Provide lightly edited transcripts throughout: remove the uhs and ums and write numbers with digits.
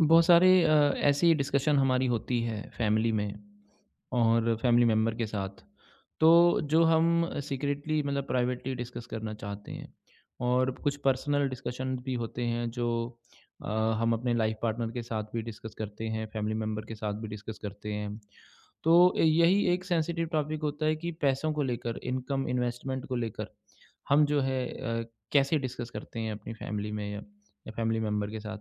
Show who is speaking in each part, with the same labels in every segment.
Speaker 1: बहुत सारे ऐसी डिस्कशन हमारी होती है फैमिली में और फैमिली मेम्बर के साथ। तो जो हम सीक्रेटली मतलब प्राइवेटली डिस्कस करना चाहते हैं और कुछ पर्सनल डिस्कशन भी होते हैं जो अ, हम अपने लाइफ पार्टनर के साथ भी डिस्कस करते हैं, फैमिली मेम्बर के साथ भी डिस्कस करते हैं। तो यही एक सेंसिटिव टॉपिक होता है कि पैसों को लेकर, इनकम, इन्वेस्टमेंट को लेकर हम जो है अ, कैसे डिस्कस करते हैं अपनी फैमिली में या फैमिली मेंबर के साथ।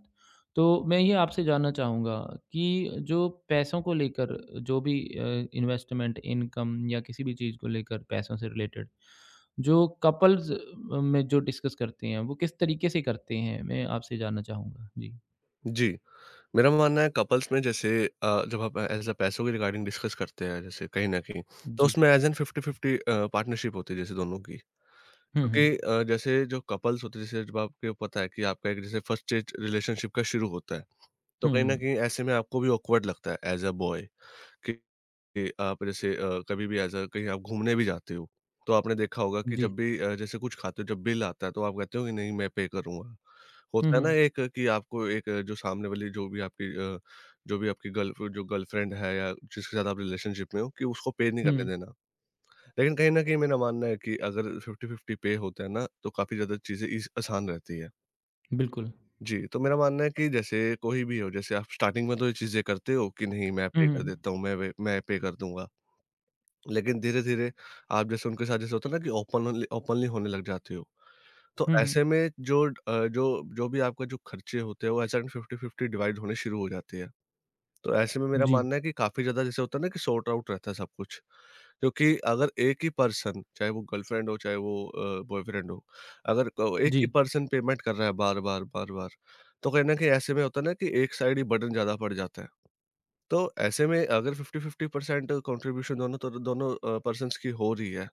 Speaker 1: तो मैं ये आपसे जानना चाहूँगा कि जो पैसों को लेकर, जो भी इन्वेस्टमेंट, इनकम या किसी भी चीज़ को लेकर पैसों से रिलेटेड जो कपल्स में जो डिस्कस करते हैं, वो किस तरीके से करते हैं? मैं आपसे जानना चाहूँगा। जी।
Speaker 2: जी, मेरा मानना है कपल्स में जैसे जब आप एज़ अ पैसों के रिगार्डिंग डिस्कस करते हैं जैसे कहीं न कहीं, तो
Speaker 1: जी।
Speaker 2: उसमें एज़ एन 50-50 पार्टनरशिप होती है जैसे दोनों की।
Speaker 1: हुँ, हुँ।
Speaker 2: क्योंकि जैसे जो कपल्स होते हैं जैसे जब आपको पता है कि आपका एक जैसे फर्स्ट स्टेज रिलेशनशिप का शुरू होता है, तो
Speaker 1: हुँ,
Speaker 2: कहीं न
Speaker 1: हुँ।
Speaker 2: कहीं ऐसे में आपको भी ऑकवर्ड लगता है एज़ अ बॉय कि कि आप जैसे कभी भी ऐसा कहीं आप घूमने भी जाते हो, तो आपने देखा होगा कि
Speaker 1: जी।
Speaker 2: जब भी जैसे कुछ खाते हो जब बिल आता है तो आप कहते हो कि नहीं मैं पे करूँगा।
Speaker 1: हुँ,
Speaker 2: होता है ना
Speaker 1: हुँ।
Speaker 2: एक कि आपको एक जो सामने वाली जो भी आपकी जो भी आपकी गर्ल जो गर्लफ्रेंड है या जिसके साथ आप रिलेशनशिप में हो कि उसको पे नहीं करने
Speaker 1: हुँ,
Speaker 2: देना। लेकिन कहीं न कहीं मेरा मानना है कि अगर 50-50 पे होता है ना तो काफ़ी ज़्यादा चीज़ें ईज़ आसान रहती है।
Speaker 1: बिल्कुल।
Speaker 2: जी, तो मेरा मानना है कि जैसे कोई भी हो जैसे आप स्टार्टिंग में तो ये चीज़ें करते हो कि नहीं मैं
Speaker 1: हुँ,
Speaker 2: पे कर
Speaker 1: हुँ।
Speaker 2: देता हूँ, मैं पे कर दूँगा। लेकिन धीरे-धीरे आप जैसे उनके साथ जैसे होता है ना कि ओपनली ओपनली होने लग जाते हो। तो
Speaker 1: हुँ, हुँ।
Speaker 2: ऐसे में जो जो भी आपका जो खर्चे होते हैं वो ऐसा 50-50 डिवाइड होने शुरू हो जाते हैं। तो ऐसे में मेरा
Speaker 1: जी,
Speaker 2: मानना है कि काफ़ी ज़्यादा जैसे होता है ना कि सॉर्ट आउट रहता है सब कुछ। क्योंकि अगर एक ही पर्सन चाहे वो गर्लफ्रेंड हो चाहे वो बॉयफ्रेंड हो, अगर क एक ही
Speaker 1: जी,
Speaker 2: पर्सन पेमेंट कर रहा है बार-बार, बार-बार, तो कहीं न कहीं ऐसे में होता है ना कि एक साइड ही बर्डन ज़्यादा पड़ जाता है। तो ऐसे में अगर 50-50% कंट्रीब्यूशन दोनों पर्सन्स की हो रही है,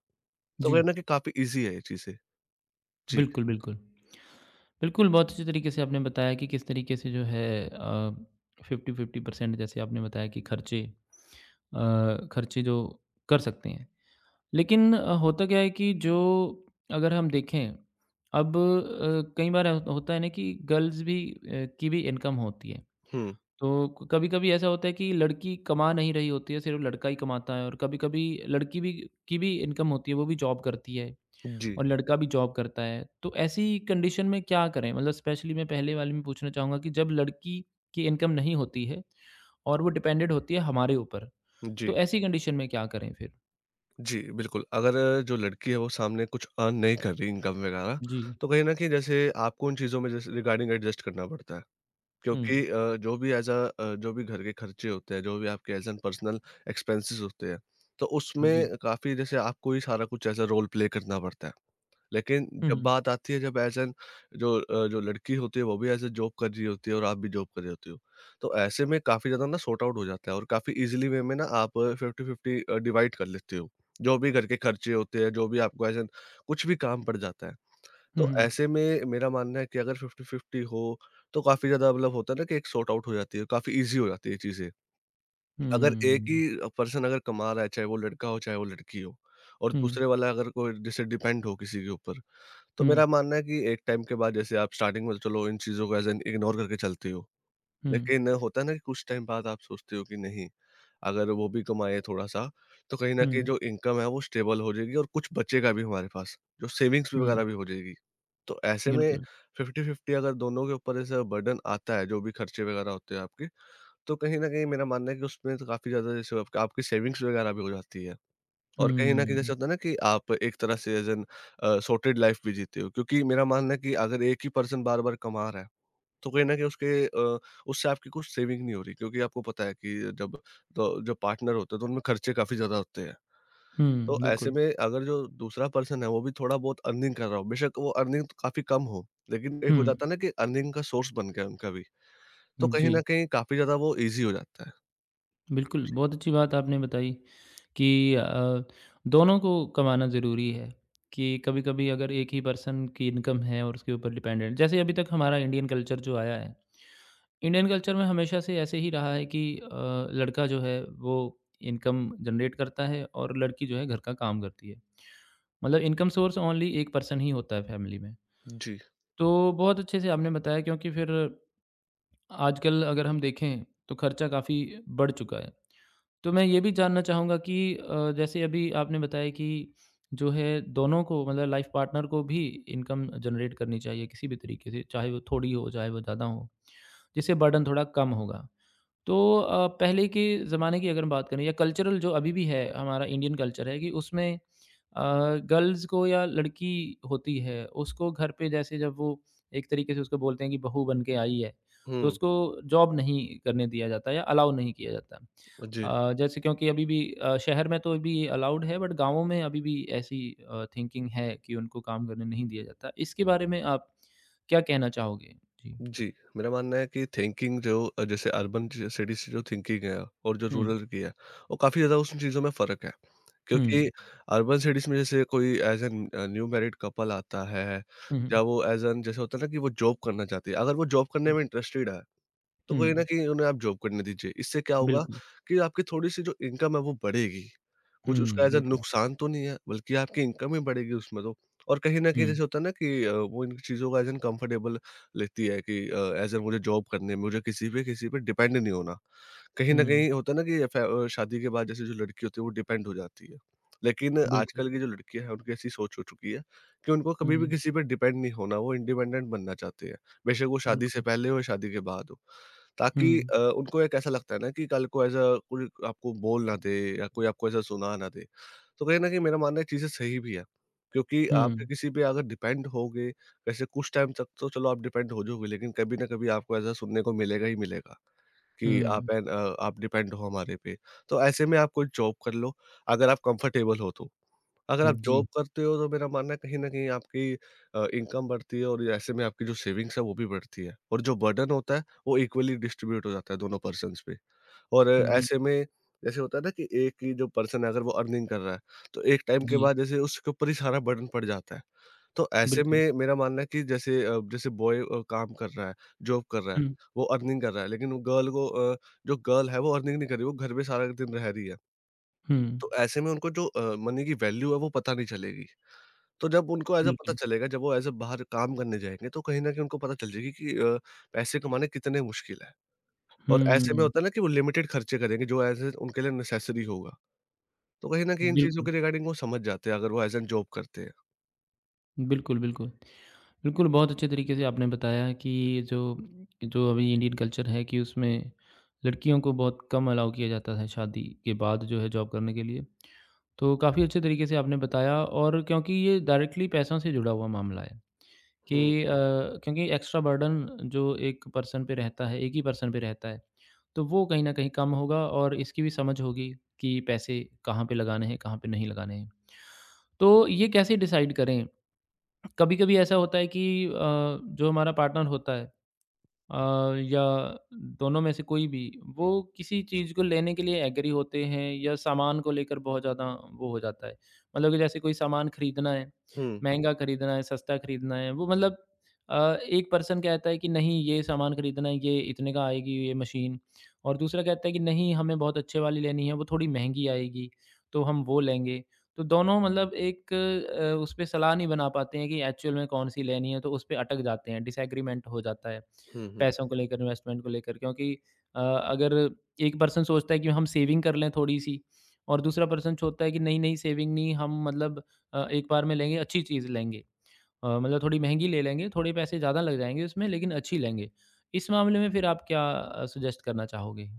Speaker 2: तो वो
Speaker 1: जी।
Speaker 2: है ना कि काफ़ी ईज़ी है ये चीज़ें। जी।
Speaker 1: बिल्कुल, बिल्कुल। बिल्कुल, बहुत अच्छे तरीके से आपने बताया कि किस तरीके से जो है 50-50% जैसे आपने बताया कि खर्चे खर्चे जो कर सकते हैं। लेकिन होता क्या है कि जो अगर हम देखें, अब कई बार हो होता है ना कि गर्ल्स भी की भी इनकम होती है।
Speaker 2: हुँ,
Speaker 1: तो कभी-कभी ऐसा होता है कि लड़की कमा नहीं रही होती है, सिर्फ़ लड़का ही कमाता है, और कभी-कभी लड़की भी की भी इनकम होती है, वो भी जॉब करती है।
Speaker 2: जी,
Speaker 1: और लड़का भी जॉब करता है। तो ऐसी कंडीशन में क्या करें? मतलब स्पेशली मैं पहले वाले में पूछना चाहूँगा कि जब लड़की की इनकम नहीं होती है और वो डिपेंडेंट होती है हमारे ऊपर।
Speaker 2: जी।
Speaker 1: तो ऐसी कंडीशन में क्या करें फिर?
Speaker 2: जी, बिल्कुल। अगर जो लड़की है वो सामने कुछ अर्न नहीं कर रही इनकम वगैरह,
Speaker 1: जी।
Speaker 2: तो कहीं न कहीं जैसे आपको उन चीज़ों में जैसे रिगार्डिंग एडजस्ट करना पड़ता है।
Speaker 1: हुँ।
Speaker 2: क्योंकि जो भी एज़ अ जो भी घर के खर्चे होते हैं, जो भी आपके एज़ एन पर्सनल एक्सपेंसेस होते हैं, तो
Speaker 1: जी।
Speaker 2: उसमें काफ़ी जैसे आपको ही सारा कुछ एज़ अ रोल प्ले करना पड़ता है। लेकिन
Speaker 1: हुँ,
Speaker 2: जब
Speaker 1: हुँ।
Speaker 2: बात आती है जब एज़ एन जो जो लड़की होती है वो भी एज़ अ जॉब कर रही होती है और आप भी जॉब कर रहे होते हो। तो ऐसे में काफ़ी ज़्यादा ना सॉर्ट आउट हो जाता है और काफ़ी ईज़िली वे में ना आप 50-50 डिवाइड कर लेते हो। जो भी घर के खर्चे होते हैं, जो भी आपको एज़ एन कुछ भी काम पड़ जाता है।
Speaker 1: हुँ,
Speaker 2: तो
Speaker 1: हुँ।
Speaker 2: ऐसे में मेरा मानना है कि अगर 50-50 हो तो काफ़ी ज़्यादा मतलब होता है ना कि एक सॉर्ट आउट हो जाती है, काफ़ी ईज़ी हो जाती है चीज़ें। अगर एक ही
Speaker 1: हुँ।
Speaker 2: पर्सन अगर कमा रहा है, चाहे वो लड़का हो, चाहे वो लड़की हो, और
Speaker 1: हुँ,
Speaker 2: दूसरे वाला अगर कोई जैसे डिपेंड हो किसी के ऊपर, तो
Speaker 1: हुँ,
Speaker 2: मेरा मानना है कि एक टाइम के बाद जैसे आप स्टार्टिंग में तो चलो इन चीज़ों को एज़ एन इग्नोर करके चलते हो।
Speaker 1: हुँ,
Speaker 2: लेकिन होता है ना कि कुछ टाइम बाद आप सोचते हो कि नहीं, अगर वो भी कमाएँ थोड़ा-सा, तो कहीं न कहीं
Speaker 1: हुँ,
Speaker 2: जो इनकम है वो स्टेबल हो जाएगी और कुछ बचेगा भी हमारे पास, जो सेविंग्स
Speaker 1: हुँ।
Speaker 2: वगैरह भी हो जाएगी। तो ऐसे में
Speaker 1: बिल्कुल।
Speaker 2: 50-50 अगर दोनों के ऊपर ऐसा बर्डन आता है, जो भी खर्चे वगैरह होते हैं आपके, तो कहीं न कहीं मेरा मानना है कि उसमें तो काफ़ी ज़्यादा जैसे आपका आपकी सेविंग्स वगैरह भी हो जाती है। और कहीं न कहीं
Speaker 1: हुँ।
Speaker 2: जैसे होता है ना कि आप एक तरह से एज़ एन सॉर्टेड लाइफ़ भी जीते हो क्योंकि मेरा मानना है कि अगर एक ही पर्सन बार-बार कमा रहा है, तो कहीं न कहीं उससे आपकी कुछ सेविंग नहीं हो रही क्योंकि आपको पता है कि जब तो जो पार्टनर होते हैं तो उनमें खर्चे काफ़ी ज़्यादा होते हैं।
Speaker 1: हुँ,
Speaker 2: तो ऐसे
Speaker 1: बिल्कुल।
Speaker 2: में अगर जो दूसरा पर्सन है वो भी थोड़ा बहुत अर्निंग कर रहा हो, बेशक वो अर्निंग तो काफ़ी कम हो, लेकिन एक
Speaker 1: हुँ,
Speaker 2: हो जाता है ना कि अर्निंग का सोर्स बन गया है उनका भी। तो कहीं
Speaker 1: जी।
Speaker 2: न कहीं काफ़ी ज़्यादा वो ईज़ी हो जाता है।
Speaker 1: बिल्कुल,
Speaker 2: जी।
Speaker 1: बहुत अच्छी बात आपने बताई कि दोनों को कमाना ज़रूरी है कि कभी-कभी अगर एक ही पर्सन की इनकम है और उसके ऊपर डिपेंडेंट, जैसे अभी तक हमारा इंडियन कल्चर जो आया है, इंडियन कल्चर में हमेशा से ऐसे ही रहा है कि लड़का जो है वो इनकम जनरेट करता है और लड़की जो है घर का काम करती है। मतलब इनकम सोर्स ओनली एक पर्सन ही होता है फैमिली में।
Speaker 2: जी।
Speaker 1: तो बहुत अच्छे से आपने बताया, क्योंकि फिर आजकल अगर हम देखें तो खर्चा काफ़ी बढ़ चुका है। तो मैं ये भी जानना चाहूँगा कि जैसे अभी आपने बताया कि जो है दोनों को मतलब लाइफ पार्टनर को भी इनकम जनरेट करनी चाहिए किसी भी तरीके से, चाहे वो थोड़ी हो, चाहे वो ज़्यादा हो, जिससे बर्डन थोड़ा कम होगा। तो पहले के ज़माने की अगर बात करें या कल्चरल जो अभी भी है, हमारा इंडियन कल्चर है कि उसमें गर्ल्स को या लड़की होती है, उसको घर पे जैसे जब वो एक तरीके से उसको बोलते हैं कि बहू बन के आई है, तो
Speaker 2: हुँ,
Speaker 1: उसको जॉब नहीं करने दिया जाता या अलाउ नहीं किया जाता।
Speaker 2: जी।
Speaker 1: जैसे क्योंकि अभी भी शहर में तो अभी अलाउड है, बट गाँवों में अभी भी ऐसी थिंकिंग है कि उनको काम करने नहीं दिया जाता। इसके बारे में आप क्या कहना चाहोगे? जी।
Speaker 2: जी, मेरा मानना है कि थिंकिंग जो जैसे अर्बन ज सिटीज़ से जो थिंकिंग है और जो
Speaker 1: हुँ,
Speaker 2: रूरल की है, वो काफ़ी ज़्यादा उन चीज़ों में फ़र्क है। क्योंकि
Speaker 1: हुँ,
Speaker 2: अर्बन सिटीज़ में जैसे कोई as an new married couple आता है
Speaker 1: हुँ, हुँ,
Speaker 2: या वो एज़ एन जैसे होता है ना कि वो जॉब करना चाहती है। अगर वो जॉब करने
Speaker 1: हुँ,
Speaker 2: में इंटरेस्टेड है, तो कहीं न
Speaker 1: हुँ,
Speaker 2: कहीं उन्हें आप जॉब करने दीजिए। इससे क्या होगा
Speaker 1: बिल्कुल।
Speaker 2: कि आपकी थोड़ी-सी जो इनकम है वो बढ़ेगी। कुछ उसका
Speaker 1: हुँ,
Speaker 2: ऐसा
Speaker 1: बिल्कुल।
Speaker 2: नुकसान तो नहीं है, बल्कि आपकी इनकम ही बढ़ेगी उसमें तो। और कहीं न कहीं
Speaker 1: हुँ,
Speaker 2: जैसे होता है ना कि वो इन चीज़ों का एज़ एन कंफर्टेबल लेती है कि एज़ एन मुझे जॉब करनी है, मुझे किसी पे डिपेंड नहीं होना। कहीं न
Speaker 1: हुँ,
Speaker 2: कहीं होता है ना कि शादी के बाद जैसे जो लड़की होती है वो डिपेंड हो जाती है। लेकिन
Speaker 1: बिल्कुल।
Speaker 2: आजकल की जो लड़कियाँ हैं उनकी ऐसी सोच हो चुकी है कि उनको कभी भी
Speaker 1: हुँ,
Speaker 2: किसी पे डिपेंड नहीं होना, वो इंडिपेंडेंट बनना चाहती हैं। बेशक वो शादी से
Speaker 1: बिल्कुल।
Speaker 2: पहले हो या शादी के बाद हो।
Speaker 1: हुँ,
Speaker 2: ताकि उनको एक ऐसा लगता है ना कि कल को ऐसा कोई आपको बोल ना दे या कोई आपको ऐसा सुना ना दे। तो कहीं न कहीं मेरा मानना है चीज़ें सही भी है, क्योंकि आप
Speaker 1: हुँ,
Speaker 2: किसी पे अगर डिपेंड होगे, वैसे कुछ टाइम तक तो चलो आप डिपेंड हो जाओगे, लेकिन कभी ना कभी आपको ऐसा सुनने को मिलेगा ही मिलेगा। कि
Speaker 1: हुँ,
Speaker 2: आप डिपेंड हो हमारे पे। तो ऐसे में आप कोई जॉब कर लो, अगर आप कंफर्टेबल हो तो। अगर आप
Speaker 1: जी,
Speaker 2: जॉब करते हो तो मेरा मानना है कहीं न कहीं आपकी इनकम बढ़ती है और ऐसे में आपकी जो सेविंग्स है वो भी बढ़ती है और जो बर्डन होता है वो इक्वली डिस्ट्रीब्यूट हो जाता है दोनों पर्सन्स पे। और
Speaker 1: बिल
Speaker 2: ऐसे में जैसे होता है ना कि एक ही जो पर्सन है अगर वो अर्निंग कर रहा है, तो एक टाइम के
Speaker 1: जी,
Speaker 2: बाद जैसे उसके ऊपर ही सारा बर्डन पड़ जाता है। तो ऐसे
Speaker 1: बिल्कुल।
Speaker 2: में मेरा मानना है कि जैसे जैसे बॉय काम कर रहा है, जॉब कर रहा है,
Speaker 1: हुँ,
Speaker 2: वो अर्निंग कर रहा है, लेकिन वो गर्ल को अ, जो गर्ल है वो अर्निंग नहीं कर रही, वो घर पे सारा दिन रह रही है।
Speaker 1: हुँ,
Speaker 2: तो ऐसे में उनको जो मनी की वैल्यू है वो पता नहीं चलेगी। तो जब उनको ऐसा पता
Speaker 1: बिल्कुल।
Speaker 2: चलेगा, जब वो ऐसे बाहर काम करने जाएँगे तो कहीं न कहीं उनको पता चल जाएगी कि पैसे कमाने कितने मुश्किल है। और ऐसे में
Speaker 1: हुँ,
Speaker 2: होता है ना कि वो लिमिटेड खर्चे करेंगे जो ऐसे उनके लिए नेसेसरी होगा। तो कहीं न कहीं इन चीज़ों
Speaker 1: बिल्कुल,
Speaker 2: के रिगार्डिंग वो समझ जाते हैं अगर वो एज़ एन जॉब करते हैं।
Speaker 1: बिल्कुल, बिल्कुल। बिल्कुल, बहुत अच्छे तरीके से आपने बताया कि जो जो अभी इंडियन कल्चर है कि उसमें लड़कियों को बहुत कम अलाउ किया जाता है शादी के बाद जो है जॉब करने के लिए। तो काफ़ी अच्छे तरीके से आपने बताया, और क्योंकि ये डायरेक्टली पैसों से जुड़ा हुआ मामला है कि
Speaker 2: हुँ,
Speaker 1: क्योंकि एक्स्ट्रा बर्डन जो एक पर्सन पे रहता है, एक ही पर्सन पे रहता है, तो वो कहीं न कहीं कम होगा और इसकी भी समझ होगी कि पैसे कहाँ पे लगाने हैं, कहाँ पे नहीं लगाने हैं। तो ये कैसे डिसाइड करें? कभी-कभी ऐसा होता है कि जो हमारा पार्टनर होता है या दोनों में से कोई भी, वो किसी चीज़ को लेने के लिए एग्री होते हैं या सामान को लेकर बहुत ज़्यादा वो हो जाता है। मतलब कि जैसे कोई सामान खरीदना है,
Speaker 2: हुँ,
Speaker 1: महँगा खरीदना है, सस्ता खरीदना है, वो मतलब अ, एक पर्सन कहता है कि नहीं ये सामान खरीदना है, ये इतने का आएगी ये मशीन, और दूसरा कहता है कि नहीं हमें बहुत अच्छे वाली लेनी है, वो थोड़ी महँगी आएगी, तो हम वो लेंगे। तो दोनों मतलब एक उस पे सलाह नहीं बना पाते हैं कि एक्चुअल में कौन-सी लेनी है, तो उस पे अटक जाते हैं, डिसएग्रीमेंट हो जाता है।
Speaker 2: हुँ, हुँ।
Speaker 1: पैसों को लेकर, इन्वेस्टमेंट को लेकर, क्योंकि अगर एक पर्सन सोचता है कि हम सेविंग कर लें थोड़ी-सी, और दूसरा पर्सन सोचता है कि नहीं-नहीं सेविंग नहीं, हम मतलब एक बार में लेंगे, अच्छी चीज़ लेंगे। मतलब थोड़ी महँगी ले लेंगे, थोड़े पैसे ज़्यादा लग जाएँगे उसमें, लेकिन अच्छी लेंगे। इस मामले में फिर आप क्या सजेस्ट करना चाहोगे?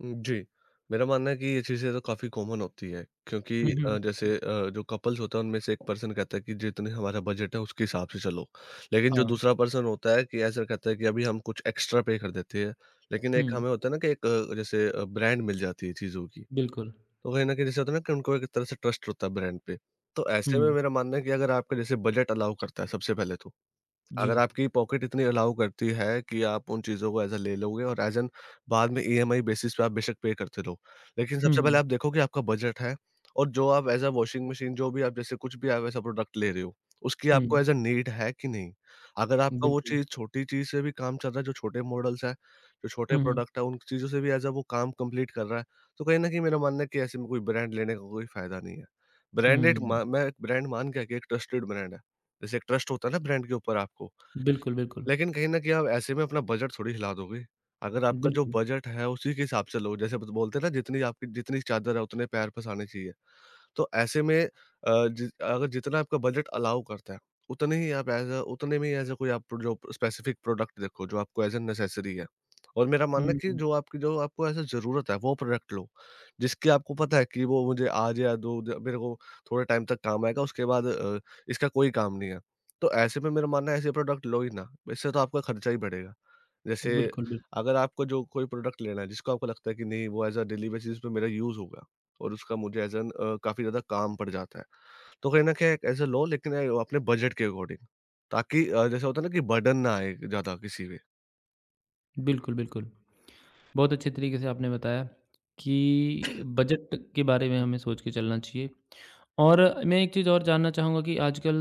Speaker 2: जी। मेरा मानना है कि ये चीज़ें तो काफ़ी कॉमन होती है क्योंकि
Speaker 1: हुँ, हुँ,
Speaker 2: जैसे
Speaker 1: जी।
Speaker 2: जो कपल्स होता है उनमें से एक पर्सन कहता है कि जितने हमारा बजट है उसके हिसाब से चलो। लेकिन जो
Speaker 1: हाँ।
Speaker 2: दूसरा पर्सन होता है कि ऐसा कहता है कि अभी हम कुछ एक्स्ट्रा पे कर देते हैं। लेकिन एक
Speaker 1: हुँ,
Speaker 2: हमें होता है ना कि एक जैसे ब्रांड मिल जाती है चीज़ों की।
Speaker 1: बिल्कुल।
Speaker 2: तो कहीं न कहीं जैसे होता है ना कि उनको एक तरह से ट्रस्ट होता है ब्रांड पे। तो ऐसे में
Speaker 1: हुँ,
Speaker 2: मेरा मानना है कि अगर आपका जैसे बजट अलाउ करता है सबसे पहले तो।
Speaker 1: जी।
Speaker 2: अगर आपकी पॉकेट इतनी अलाउ करती है कि आप उन चीज़ों को एज़ अ ले लोगे और एज़ एन बाद में ईएमआई बेसिस पे आप बेशक पे करते रहो। लेकिन
Speaker 1: हुँ,
Speaker 2: सबसे
Speaker 1: हुँ,
Speaker 2: पहले आप देखो कि आपका बजट है और जो आप एज़ अ वॉशिंग मशीन जो भी आप जैसे कुछ भी आप ऐसा प्रोडक्ट ले रहे हो, उसकी आपको
Speaker 1: हुँ,
Speaker 2: एज़ अ नीड है कि नहीं? अगर आपका वो
Speaker 1: बिल्कुल।
Speaker 2: चीज़ छोटी चीज़ से भी काम चल रहा है, जो छोटे मॉडल्स हैं, जो छोटे
Speaker 1: हुँ, हुँ,
Speaker 2: प्रोडक्ट हैं, उन चीज़ों से भी एज़ अ वो काम कंप्लीट कर रहा है, तो कहीं न कहीं मेरा मानना है कि ऐसे में कोई ब्रांड लेने का कोई फ़ायदा नहीं है। ब्रांडेड
Speaker 1: हुँ,
Speaker 2: मा मैं ब्रांड मान गया कि एक ट्रस्टेड ब्रांड है। जैसे एक ट्रस्ट होता है ना ब्रांड के ऊपर आपको।
Speaker 1: बिल्कुल, बिल्कुल।
Speaker 2: लेकिन कहीं न कहीं आप ऐसे में अपना बजट थोड़ी हिला दोगे। अगर आपका जो
Speaker 1: बिल्कुल।
Speaker 2: बजट है उसी के हिसाब से लो। जैसे बत बोलते हैं ना, जितनी चादर है उतने पैर पसारने चाहिए। तो ऐसे में अ, जि अगर जितना आपका बजट अलाउ करता है, उतने में ही एज़ अ कोई आप जो स्पेसिफिक प्रोडक्ट देखो, जो आपको एज़ अ नेसेसरी है। और मेरा
Speaker 1: हुँ,
Speaker 2: मानना है कि
Speaker 1: हुँ,
Speaker 2: जो आपको एज़ अ ज़रूरत है, वो प्रोडक्ट लो, जिसकी आपको पता है कि वो मुझे आज या दो द मेरे को थोड़े टाइम तक काम आएगा, उसके बाद इसका कोई काम नहीं है। तो ऐसे में मेरा मानना है ऐसे प्रोडक्ट लो ही ना, इससे तो आपका खर्चा ही बढ़ेगा। जैसे
Speaker 1: बिल्कुल, बिल्कुल।
Speaker 2: अगर आपको जो कोई प्रोडक्ट लेना है, जिसको आपको लगता है कि नहीं वो एज़ अ डेली बेसिस पे मेरा यूज़ होगा। और उसका मुझे एज़ एन काफ़ी ज़्यादा काम पड़ जाता है। तो कहीं न कहीं एज़ अ लो, लेकिन अपने बजट के अकॉर्डिंग, ताकि जैसे होता है ना कि बर्डन ना आए ज़्यादा किसी पे।
Speaker 1: बिल्कुल, बिल्कुल। बहुत अच्छे तरीके से आपने बताया कि बजट के बारे में हमें सोच के चलना चाहिए। और मैं एक चीज़ और जानना चाहूँगा कि आजकल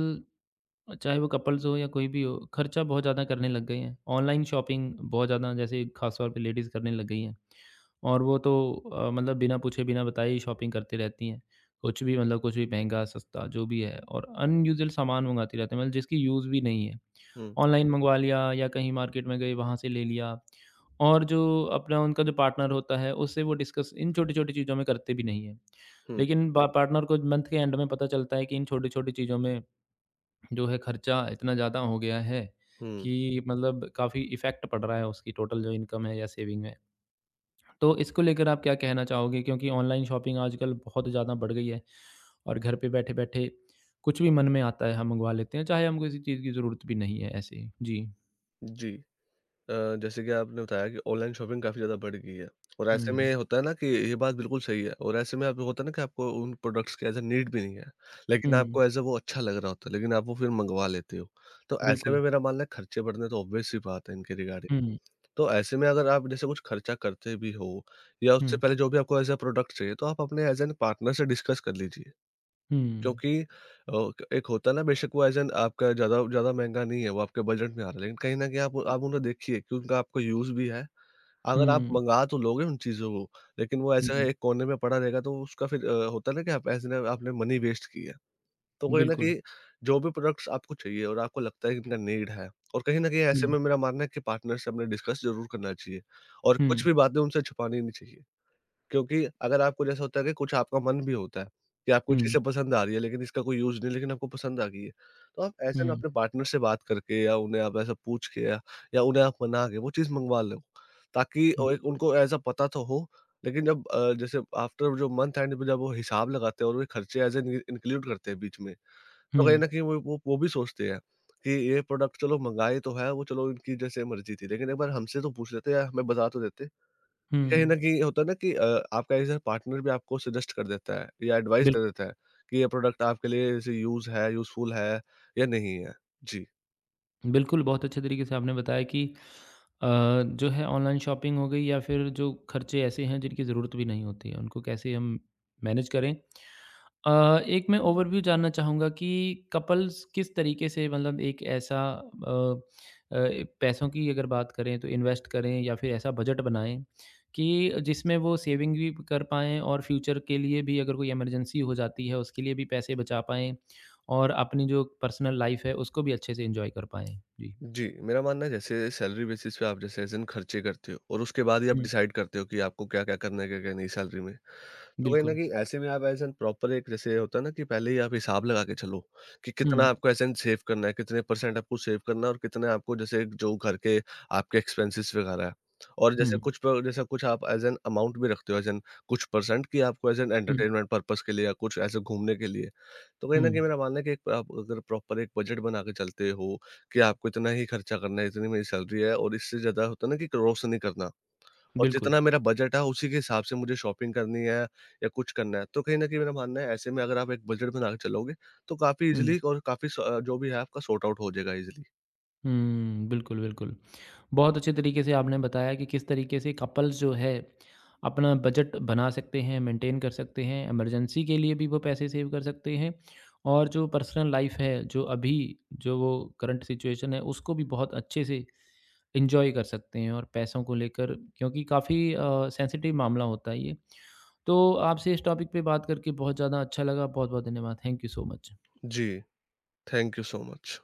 Speaker 1: चाहे वो कपल्स हो या कोई भी हो, खर्चा बहुत ज़्यादा करने लग गए हैं। ऑनलाइन शॉपिंग बहुत ज़्यादा जैसे ख़ास तौर पे लेडीज़ करने लग गई हैं। और वो तो मतलब बिना पूछे, बिना बताए ही शॉपिंग करती रहती हैं। कुछ भी मतलब कुछ भी महँगा, सस्ता जो भी है, और अनयूजुअल सामान मँगाती रहती हैं, मतलब जिसकी यूज़ भी नहीं है।
Speaker 2: हुँ,
Speaker 1: ऑनलाइन मँगवा लिया या कहीं मार्केट में गए वहाँ से ले लिया। और जो अपना उनका जो पार्टनर होता है उससे वो डिस्कस इन छोटी-छोटी चीज़ों में करते भी नहीं हैं।
Speaker 2: हुँ,
Speaker 1: लेकिन बा पार्टनर को मंथ के एंड में पता चलता है कि इन छोटी-छोटी चीज़ों में जो है खर्चा इतना ज़्यादा हो गया है
Speaker 2: हुँ।
Speaker 1: कि मतलब काफ़ी इफ़ेक्ट पड़ रहा है उसकी टोटल जो इनकम है या सेविंग है। तो इसको लेकर आप क्या कहना चाहोगे? क्योंकि ऑनलाइन शॉपिंग आजकल बहुत ज़्यादा बढ़ गई है और घर पे बैठे-बैठे कुछ भी मन में आता है हम मँगवा लेते हैं, चाहे हमको किसी चीज़ की ज़रूरत भी नहीं है, ऐसे ही। जी।
Speaker 2: जी। अ, जैसे कि आपने बताया कि ऑनलाइन शॉपिंग काफ़ी ज़्यादा बढ़ गई है, और ऐसे
Speaker 1: हुँ।
Speaker 2: में होता है ना कि ये बात बिल्कुल सही है, और ऐसे में आप होता है ना कि आपको उन प्रोडक्ट्स की एज़ अ नीड भी नहीं है। लेकिन
Speaker 1: हुँ,
Speaker 2: आपको एज़ अ वो अच्छा लग रहा होता है, लेकिन आप वो फिर मँगवा लेते हो। तो ऐसे
Speaker 1: बिल्कुल।
Speaker 2: में मेरा मानना है खर्चे बढ़ने तो ऑब्वियस सी बात है इनके रिगार्डिंग।
Speaker 1: हुँ,
Speaker 2: तो ऐसे में अगर आप जैसे कुछ खर्चा करते भी हो या उससे
Speaker 1: हुँ,
Speaker 2: पहले जो भी आपको एज़ अ प्रोडक्ट चाहिए, तो आप अपने एज़ एन पार्टनर से डिस्कस कर लीजिए।
Speaker 1: हुँ,
Speaker 2: क्योंकि एक होता है ना, बेशक वो एज़ एन आपका ज़्यादा ज़्यादा महँगा नहीं है, वो आपके बजट में आ रहा है। लेकिन कहीं न कहीं आप उन्हें देखिए कि उनका आपको यूज़ भी है। अगर आप
Speaker 1: हुँ,
Speaker 2: मँगा तो लोगे उन चीज़ों को, लेकिन वो ऐसा
Speaker 1: जी,
Speaker 2: है एक कोने में पड़ा रहेगा, तो उसका फिर होता है ना कि आप ऐसे ना आपने मनी वेस्ट किया। तो कहीं न
Speaker 1: बिल्कुल।
Speaker 2: कहीं जो भी प्रोडक्ट्स आपको चाहिए और आपको लगता है कि इनका नीड है, और कहीं न कहीं ऐसे
Speaker 1: हुँ,
Speaker 2: में मेरा मानना है कि पार्टनर से अपने डिस्कस ज़रूर करना चाहिए और
Speaker 1: हुँ,
Speaker 2: कुछ भी बातें उनसे छुपानी नहीं चाहिए। क्योंकि अगर आपको जैसा होता है कि कुछ आपका मन भी होता है कि आपको
Speaker 1: हुँ,
Speaker 2: चीज़ें पसंद आ रही है, लेकिन इसका कोई यूज़ नहीं है, लेकिन आपको पसंद आ गई है। तो आप ऐसे ना
Speaker 1: हुँ,
Speaker 2: अपने पार्टनर से बात करके या उन्हें आप ऐसा पूछ के या उन्हें आप मना के वो चीज़ मँगवा लो। ताकि ओ एक
Speaker 1: बिल्कुल।
Speaker 2: उनको ऐसा पता तो हो। लेकिन जब जैसे आफ्टर जो मंथ एंड पे जब वो हिसाब लगाते हैं और वे खर्चे एज़ एन इ इंक्लूड करते हैं बीच में। तो
Speaker 1: हुँ,
Speaker 2: कहीं न कहीं वो भी सोचते हैं कि ये प्रोडक्ट चलो मँगाए तो है, वो चलो इनकी जैसे मर्ज़ी थी, लेकिन एक बार हमसे तो पूछ लेते या हमें बता तो देते। कहीं
Speaker 1: हुँ,
Speaker 2: न कहीं होता है ना कि आपका ऐसा पार्टनर भी आपको सजेस्ट कर देता है या एडवाइस दे
Speaker 1: बिल्कुल।
Speaker 2: देता है कि ये प्रोडक्ट आपके लिए जैसे यूज़ है, यूज़फुल है या नहीं है? जी।
Speaker 1: बिल्कुल, बहुत अच्छे तरीके से आपने बताया कि अ, जो है ऑनलाइन शॉपिंग हो गई या फिर जो खर्चे ऐसे हैं जिनकी ज़रूरत भी नहीं होती है, उनको कैसे हम मैनेज करें। एक मैं ओवरव्यू जानना चाहूँगा कि कपल्स किस तरीके से मतलब एक ऐसा अ अ, पैसों की अगर बात करें तो इन्वेस्ट करें या फिर ऐसा बजट बनाएँ कि जिसमें वो सेविंग भी कर पाएँ और फ्यूचर के लिए भी, अगर कोई इमरजेंसी हो जाती है उसके लिए भी पैसे बचा पाएँ। और अपनी जो पर्सनल लाइफ़ है, उसको भी अच्छे से एन्जॉय कर पाएँ। जी।
Speaker 2: जी, मेरा मानना है जैसे सैलरी बेसिस पे आप जैसे एज़ इन खर्चे करते हो, और उसके बाद ही आप
Speaker 1: हुँ,
Speaker 2: डिसाइड करते हो कि आपको क्या-क्या करना है, क्या-क्या नहीं सैलरी में। तो कहीं न
Speaker 1: बिल्कुल।
Speaker 2: कहीं ऐसे में आप एज़ एन प्रॉपर एक जैसे होता है ना कि पहले ही आप हिसाब लगा के चलो कि कितना
Speaker 1: हुँ,
Speaker 2: आपको एज़ एन सेव करना है, कितने परसेंट आपको सेव करना है, और कितने आपको जैसे जो घर के आपके एक्सपेंसेस वगैरह है। और जैसे
Speaker 1: हुँ,
Speaker 2: कुछ प जैसा कुछ आप एज़ एन अमाउंट भी रखते हो, एज़ एन कुछ परसेंट कि आपको एज़ एन
Speaker 1: हुँ,
Speaker 2: एंटरटेनमेंट पर्पज़ के लिए या कुछ ऐसे घूमने के लिए। तो कहीं
Speaker 1: हुँ,
Speaker 2: न कहीं मेरा मानना है कि एक आप अगर प्रॉपर एक बजट बना के चलते हो कि आपको इतना ही खर्चा करना है, इतनी मेरी सैलरी है, और इससे ज़्यादा होता है ना कि क्रॉस नहीं करना। और
Speaker 1: बिल्कुल।
Speaker 2: जितना मेरा बजट है उसी के हिसाब से मुझे शॉपिंग करनी है या कुछ करना है। तो कहीं न कहीं मेरा मानना है ऐसे में अगर आप एक बजट बना के चलोगे, तो काफ़ी
Speaker 1: हुँ,
Speaker 2: ईज़िली, और काफ़ी जो भी है आपका सॉर्ट आउट हो जाएगा ईज़िली।
Speaker 1: हुँ, बिल्कुल, बिल्कुल। बहुत अच्छे तरीके से आपने बताया कि किस तरीके से कपल्स जो है अपना बजट बना सकते हैं, मेंटेन कर सकते हैं, इमरजेंसी के लिए भी वो पैसे सेव कर सकते हैं, और जो पर्सनल लाइफ है, जो अभी जो वो करंट सिचुएशन है उसको भी बहुत अच्छे से इंजॉय कर सकते हैं। और पैसों को लेकर, क्योंकि काफ़ी सेंसिटिव मामला होता है ये, तो आपसे इस टॉपिक पे बात करके बहुत ज़्यादा अच्छा लगा। बहुत बहुत धन्यवाद, थैंक यू सो मच।
Speaker 2: जी, थैंक यू सो मच।